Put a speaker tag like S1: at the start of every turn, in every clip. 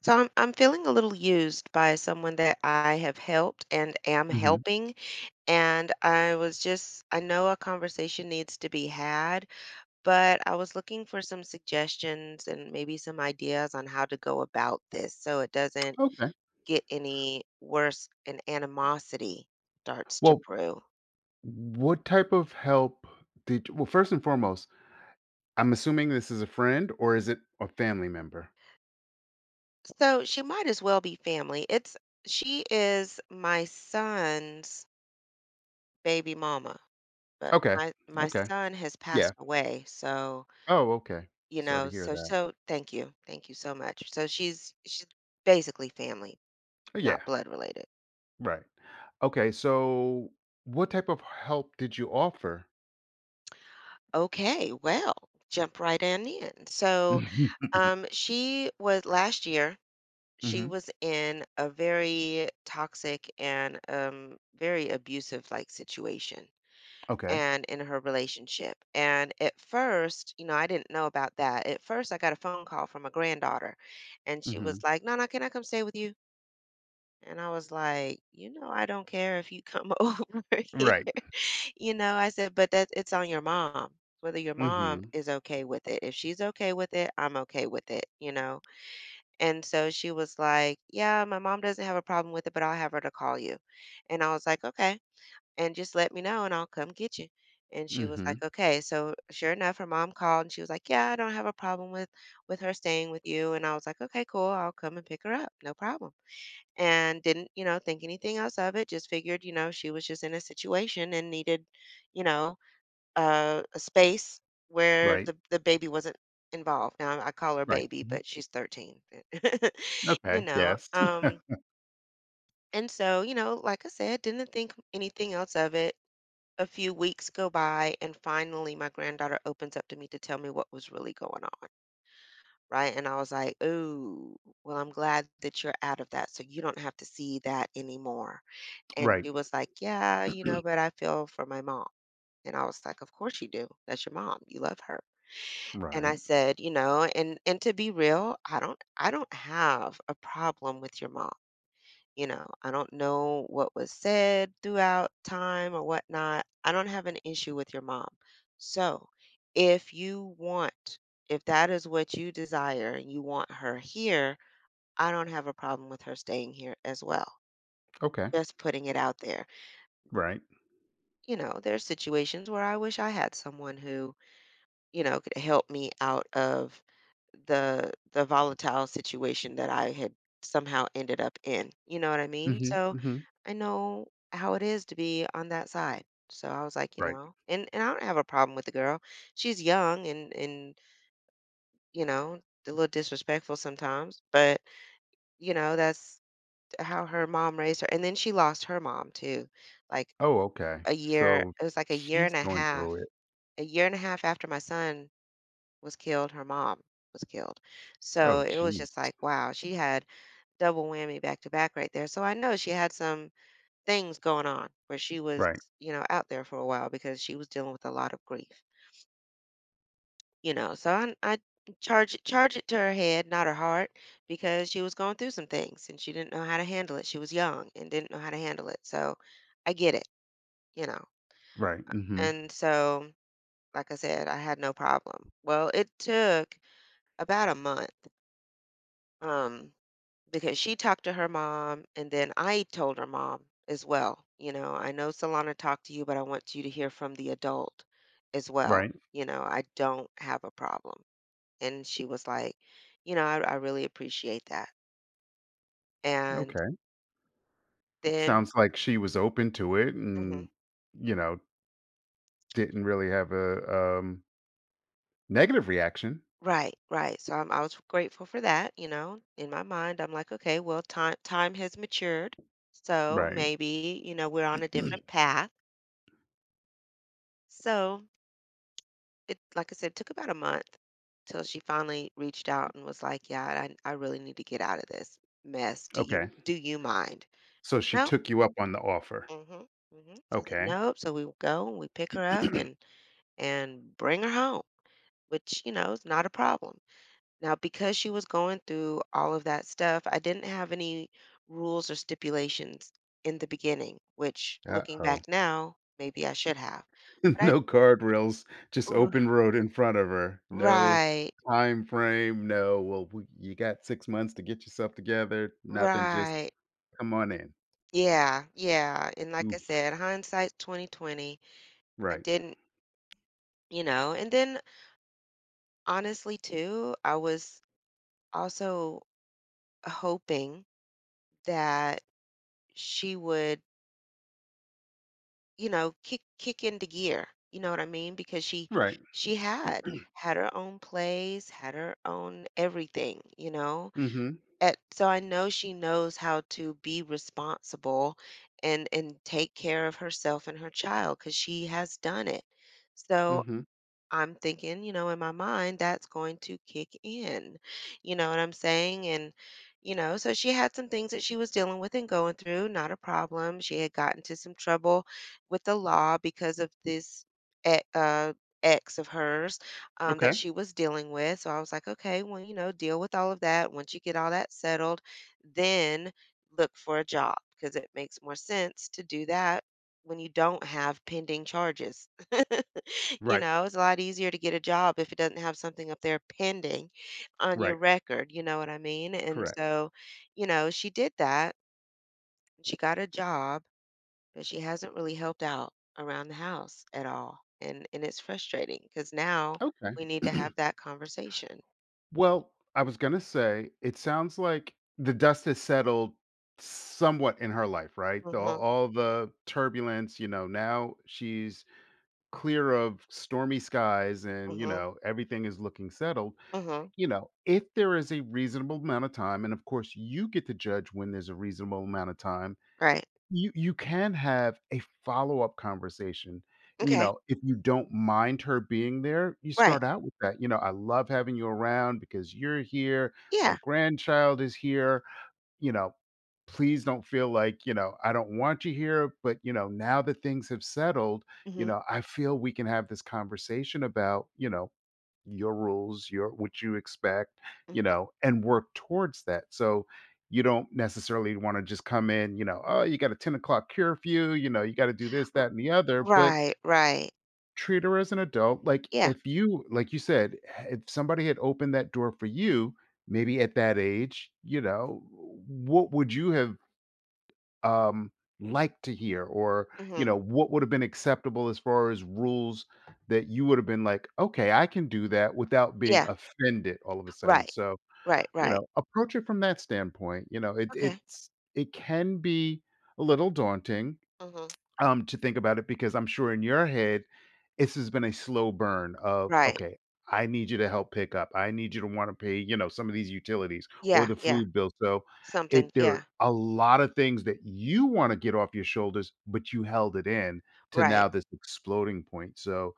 S1: So I'm feeling a little used by someone that I have helped and am
S2: Mhm.
S1: helping. And I was just, I know a conversation needs to be had, but I was looking for some suggestions and maybe some ideas on how to go about this so it doesn't
S2: Okay.
S1: get any worse and animosity starts to
S2: Well,
S1: brew.
S2: what type of help did well, first and foremost, I'm assuming this is a friend or is it a family member?
S1: So she might as well be family. It's She is my son's baby mama, but
S2: Okay.
S1: my
S2: Okay.
S1: son has
S2: Yeah.
S1: passed away, so.
S2: Oh, okay.
S1: You
S2: Sorry to
S1: know,
S2: hear
S1: so
S2: that.
S1: so thank you. Thank you so much. So she's basically family,
S2: Yeah.
S1: not blood related.
S2: Right. Okay. So, what type of help did you offer?
S1: Okay, well, jump right on in. So, she was last year, she
S2: hmm
S1: was in a very toxic and very abusive like situation
S2: Okay.
S1: and in her relationship. And at first, you know, I didn't know about that. At first, I got a phone call from a granddaughter and she was
S2: hmm
S1: like, "Nana, can I come stay with you?" And I was like, "You know, I don't care if you come over."
S2: Right.
S1: You know, I said, "But that it's on your mom. Whether your mom
S2: hmm
S1: is okay with it. If she's okay with it, I'm okay with it, you know?" And so she was like, "Yeah, my mom doesn't have a problem with it, but I'll have her to call you." And I was like, "Okay. And just let me know and I'll come get you." And she was like,
S2: hmm
S1: "Okay." So sure enough, her mom called and she was like, "Yeah, I don't have a problem with her staying with you." And I was like, "Okay, cool. I'll come and pick her up. No problem." And didn't, you know, think anything else of it. Just figured, you know, she was just in a situation and needed, you know, a space where
S2: Right.
S1: the baby wasn't involved. Now I call her
S2: Right.
S1: baby, but
S2: Mhm.
S1: she's 13, you
S2: Okay.
S1: know.
S2: Yes.
S1: And so, you know, like I said, didn't think anything else of it. A few weeks go by, and finally, my granddaughter opens up to me to tell me what was really going on. Right. And I was like, "Oh, well, I'm glad that you're out of that. So you don't have to see that anymore." And
S2: Right.
S1: she was like, "Yeah, you know, but I feel for my mom." And I was like, "Of course you do. That's your mom. You love her." And I
S2: Right.
S1: said, "You know, and to be real, I don't have a problem with your mom. You know, I don't know what was said throughout time or whatnot. I don't have an issue with your mom. So, if you want, if that is what you desire and you want her here, I don't have a problem with her staying here as well.
S2: Okay.
S1: Just putting it out there.
S2: Right.
S1: You know, there's situations where I wish I had someone who, you know, could help me out of the volatile situation that I had somehow ended up in. You know what I mean?
S2: hmm
S1: So
S2: hmm
S1: I know how it is to be on that side. So I was like, you
S2: Right.
S1: know, and I don't have a problem with the girl. She's young and you know, a little disrespectful sometimes, but you know, that's how her mom raised her. And then she lost her mom too. Like
S2: Oh, okay. So
S1: it was like a year
S2: she's
S1: and a
S2: going
S1: half
S2: through it.
S1: a year and a half after my son was killed, her mom was killed. So
S2: Oh,
S1: it was
S2: jeez.
S1: just like, wow, she had double whammy back to back right there. So I know she had some things going on where she was,
S2: Right,
S1: you know, out there for a while because she was dealing with a lot of grief, you know. So I charge it to her head, not her heart, because she was going through some things and she didn't know how to handle it. She was young and didn't know how to handle it. So I get it, you know.
S2: right, mhm,
S1: And so, like I said, I had no problem. Well, it took about a month, um because she talked to her mom. And then I told her mom as well, you know, I know Solana talked to you, but I want you to hear from the adult as well.
S2: right,
S1: You know, I don't have a problem. And she was like, you know, I really appreciate that. And
S2: okay.
S1: then.
S2: Sounds like she was open to it
S1: Mhm.
S2: and, you know, didn't really have a, um, negative reaction.
S1: Right, right. I was grateful for that, you know. In my mind, I'm like, okay, well, time has matured, so
S2: Right,
S1: maybe, you know, we're on a different path. So it, like I said, took about a month till she finally reached out and was like, "Yeah, I really need to get out of this mess. Do you
S2: okay.
S1: do you mind?"
S2: So she
S1: No.
S2: took you up on the offer.
S1: Mhm. Mhm. So I said,
S2: Okay.
S1: "Nope." So we go and we pick her up and bring her home, which you know is not a problem. Now, because she was going through all of that stuff, I didn't have any rules or stipulations in the beginning, which looking back
S2: Uh-oh.
S1: now, maybe I should have. But I
S2: No guardrails, just
S1: r-
S2: open road in front of her. No
S1: right,
S2: time frame, no, "Well, we you got 6 months to get yourself together," nothing, just,
S1: right.
S2: "Come on in."
S1: Yeah, yeah, and like I
S2: Oof,
S1: said, hindsight's 20/20. I
S2: right,
S1: didn't, you know, and then honestly too, I was also hoping that she would, you know, kick into gear. You know what I mean? Because she
S2: right.
S1: she had had her own plays, had her own everything, you know?
S2: Mhm,
S1: So I know she knows how to be responsible and take care of herself and her child because she has done it. So
S2: mhm.
S1: I'm thinking, you know, in my mind, that's going to kick in. You know what I'm saying? And, you know, so she had some things that she was dealing with and going through, not a problem. She had gotten into some trouble with the law because of this e- uh, ex of hers, that
S2: Okay.
S1: she was dealing with. So I was like, okay, well, you know, deal with all of that. Once you get all that settled, then look for a job because it makes more sense to do that when you don't have pending charges. You
S2: Right,
S1: know, it's a lot easier to get a job if it doesn't have something up there pending on your
S2: right,
S1: record, you know what I mean? And
S2: correct.
S1: so, you know, she did that. She got a job, but she hasn't really helped out around the house at all. And it's frustrating because now
S2: Okay.
S1: we need to have that conversation.
S2: Well, I was gonna say, it sounds like the dust has settled somewhat in her life, right? The
S1: Mhm.
S2: all the turbulence, you know, now she's clear of stormy skies and, you
S1: Mhm.
S2: know, everything is looking settled.
S1: Mhm.
S2: You know, if there is a reasonable amount of time, and of course you get to judge when there's a reasonable amount of time.
S1: Right.
S2: You can have a follow-up conversation, and, you
S1: Okay.
S2: know, if you don't mind her being there, you
S1: Right.
S2: start out with that, you know, "I love having you around because you're here, my
S1: Yeah.
S2: grandchild is here, you know, please don't feel like, you know, I don't want you here, but, you know, now that things have settled, you
S1: Mhm.
S2: know, I feel we can have this conversation about, you know, your rules, your what you expect, you
S1: Mhm.
S2: know, and work towards that." So you don't necessarily want to just come in, you know, oh, you got a 10 o'clock curfew, you know, you got to do this,
S1: R-
S2: that, and the other, but
S1: Right, right.
S2: treat her as an adult. Like
S1: Yeah.
S2: if you, like you said, eh, if somebody had opened that door for you, maybe at that age, you know, what would you have, um, like to hear, or you
S1: Mhm.
S2: know what would have been acceptable as far as rules that you would have been like, okay, I can do that without being
S1: Yeah.
S2: offended all of a sudden.
S1: Right.
S2: So
S1: Right,
S2: you
S1: right.
S2: know, approach it from that standpoint. You know, it
S1: Okay.
S2: it's it can be a little daunting,
S1: Mhm.
S2: to think about it, because I'm sure in your head, this has been a slow burn of,
S1: Right.
S2: okay, I need you to help pick up. I need you to want to pay, you know, some of these utilities or
S1: Yeah,
S2: the
S1: yeah.
S2: food bill. So
S1: Something,
S2: it there are
S1: yeah,
S2: a lot of things that you want to get off your shoulders, but you held it in to
S1: right.
S2: now this exploding point. So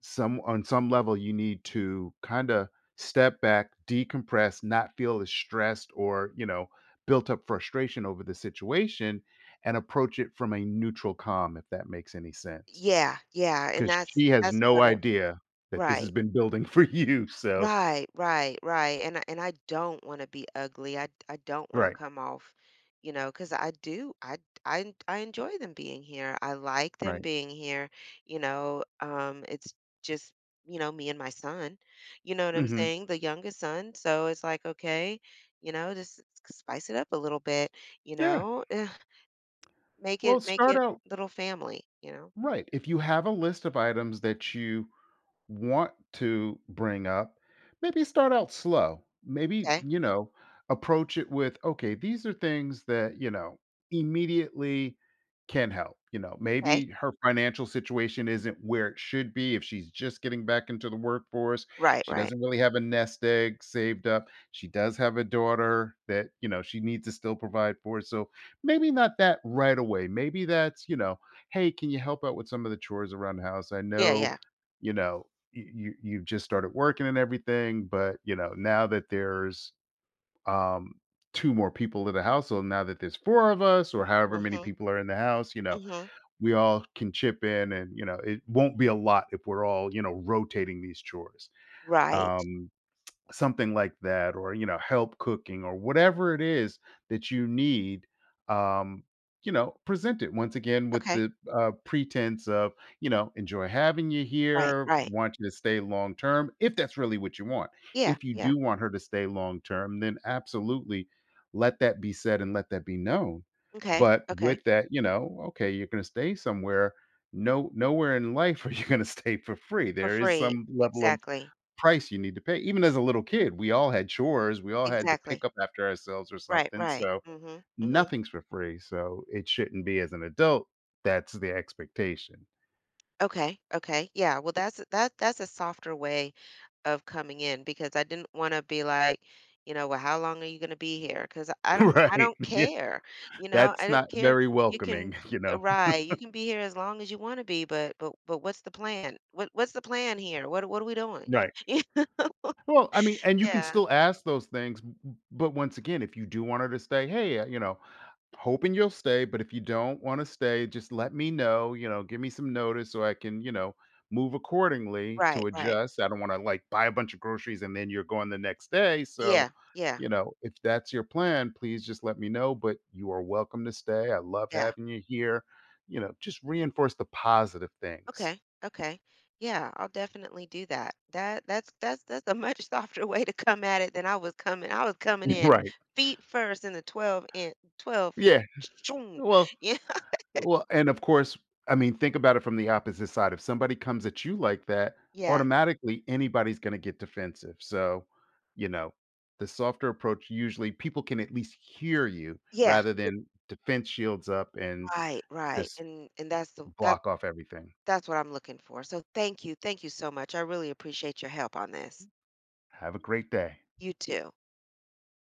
S2: some on some level you need to kinda step back, decompress, not feel as stressed or, you know, built up frustration over the situation, and approach it from a neutral calm, if that makes any sense.
S1: Yeah, yeah, and
S2: Because
S1: that's
S2: she has
S1: that's
S2: no
S1: what it.
S2: idea that this has
S1: Right,
S2: been building for you, so.
S1: right, right, right, and I don't wanna be ugly, I don't wanna
S2: Right,
S1: come off, you know, because I do, I enjoy them being here, I like them
S2: right.
S1: being here, you know, it's just, you know, me and my son, you know what I'm
S2: Mhm.
S1: saying? The youngest son, so it's like, okay, you know, just spice it up a little bit, you
S2: Yeah.
S1: know? Make it
S2: Well,
S1: make
S2: start
S1: it
S2: out.
S1: little family, you know?
S2: Right. If you have a list of items that you want to bring up, maybe start out slow. Maybe,
S1: Okay,
S2: you know, approach it with, okay, these are things that, you know, immediately can help. You know,
S1: okay.
S2: maybe her financial situation isn't where it should be. If she's just getting back into the workforce,
S1: Right,
S2: she
S1: right.
S2: doesn't really have a nest egg saved up. She does have a daughter that, you know, she needs to still provide for. So maybe not that right away. Maybe that's, you know, hey, can you help out with some of the chores around the house? I
S1: Yeah,
S2: know,
S1: yeah.
S2: you know, you've just started working and everything, but you know, now that there's um two more people in the household, now that there's four of us or however many
S1: Mhm,
S2: people are in the house, you know,
S1: mhm.
S2: we all can chip in, and you know, it won't be a lot if we're all, you know, rotating these chores.
S1: Right.
S2: Um Something like that, or, you know, help cooking or whatever it is that you need, um, you know, present it once again with
S1: Okay.
S2: the pretense of, you know, enjoy having you
S1: Right,
S2: here,
S1: right.
S2: want you to stay long term, if that's really what you want.
S1: Yeah,
S2: If you
S1: yeah.
S2: do want her to stay long term, then absolutely let that be said and let that be known.
S1: Okay,
S2: But
S1: okay.
S2: with that, you know, okay, you're gonna stay somewhere. No nowhere in life are you gonna stay for free.
S1: For
S2: There is
S1: free.
S2: some level of
S1: Exactly,
S2: price you need to pay. Even as a little kid, we all had chores, we all had to pick
S1: exactly.
S2: up after ourselves or
S1: Right,
S2: something,
S1: right.
S2: so
S1: Mhm, mhm.
S2: nothing's for free, so it shouldn't be as an adult, that's the expectation.
S1: Okay, okay. Yeah, well, that's a softer way of coming in because I didn't wanna be like, you know, "Well, how long are you gonna be here? Cause I don't I
S2: Right,
S1: don't
S2: yeah,
S1: care, you know, I
S2: that's
S1: don't
S2: not
S1: care.
S2: very
S1: You can
S2: welcoming, you know?
S1: right, you can be here as long as you wanna be, but what's the plan? What's the plan here? What are we doing?
S2: Right.
S1: You know?"
S2: Well, I mean, and you can
S1: Yeah.
S2: still ask those things, but once again, if you do want her to stay, hey, you know, hoping you'll stay, but if you don't want to stay, just let me know, you know, give me some notice so I can, you know, move accordingly
S1: Right,
S2: to
S1: right.
S2: adjust. I don't want to like buy a bunch of groceries and then you're going the next day. So,
S1: Yeah, yeah,
S2: you know, if that's your plan, please just let me know, but you are welcome to stay. I love
S1: yeah.
S2: having you here. You know, just reinforce the positive things.
S1: Okay. Okay. Yeah, I'll definitely do that. That's a much softer way to come at it than I was coming. I was coming in
S2: Right.
S1: feet first in the 12 feet.
S2: Yeah.
S1: Shoom.
S2: Well,
S1: Yeah.
S2: Well, and of course, I mean, think about it from the opposite side. If somebody comes at you like that,
S1: Yeah.
S2: automatically anybody's going to get defensive. So, you know, the softer approach usually people can at least hear you
S1: Yeah.
S2: rather than defense shields up and
S1: Right, right.
S2: just
S1: And that's the
S2: block off everything.
S1: that's what I'm looking for. So thank you. Thank you so much. I really appreciate your help on this.
S2: Have a great day.
S1: You too.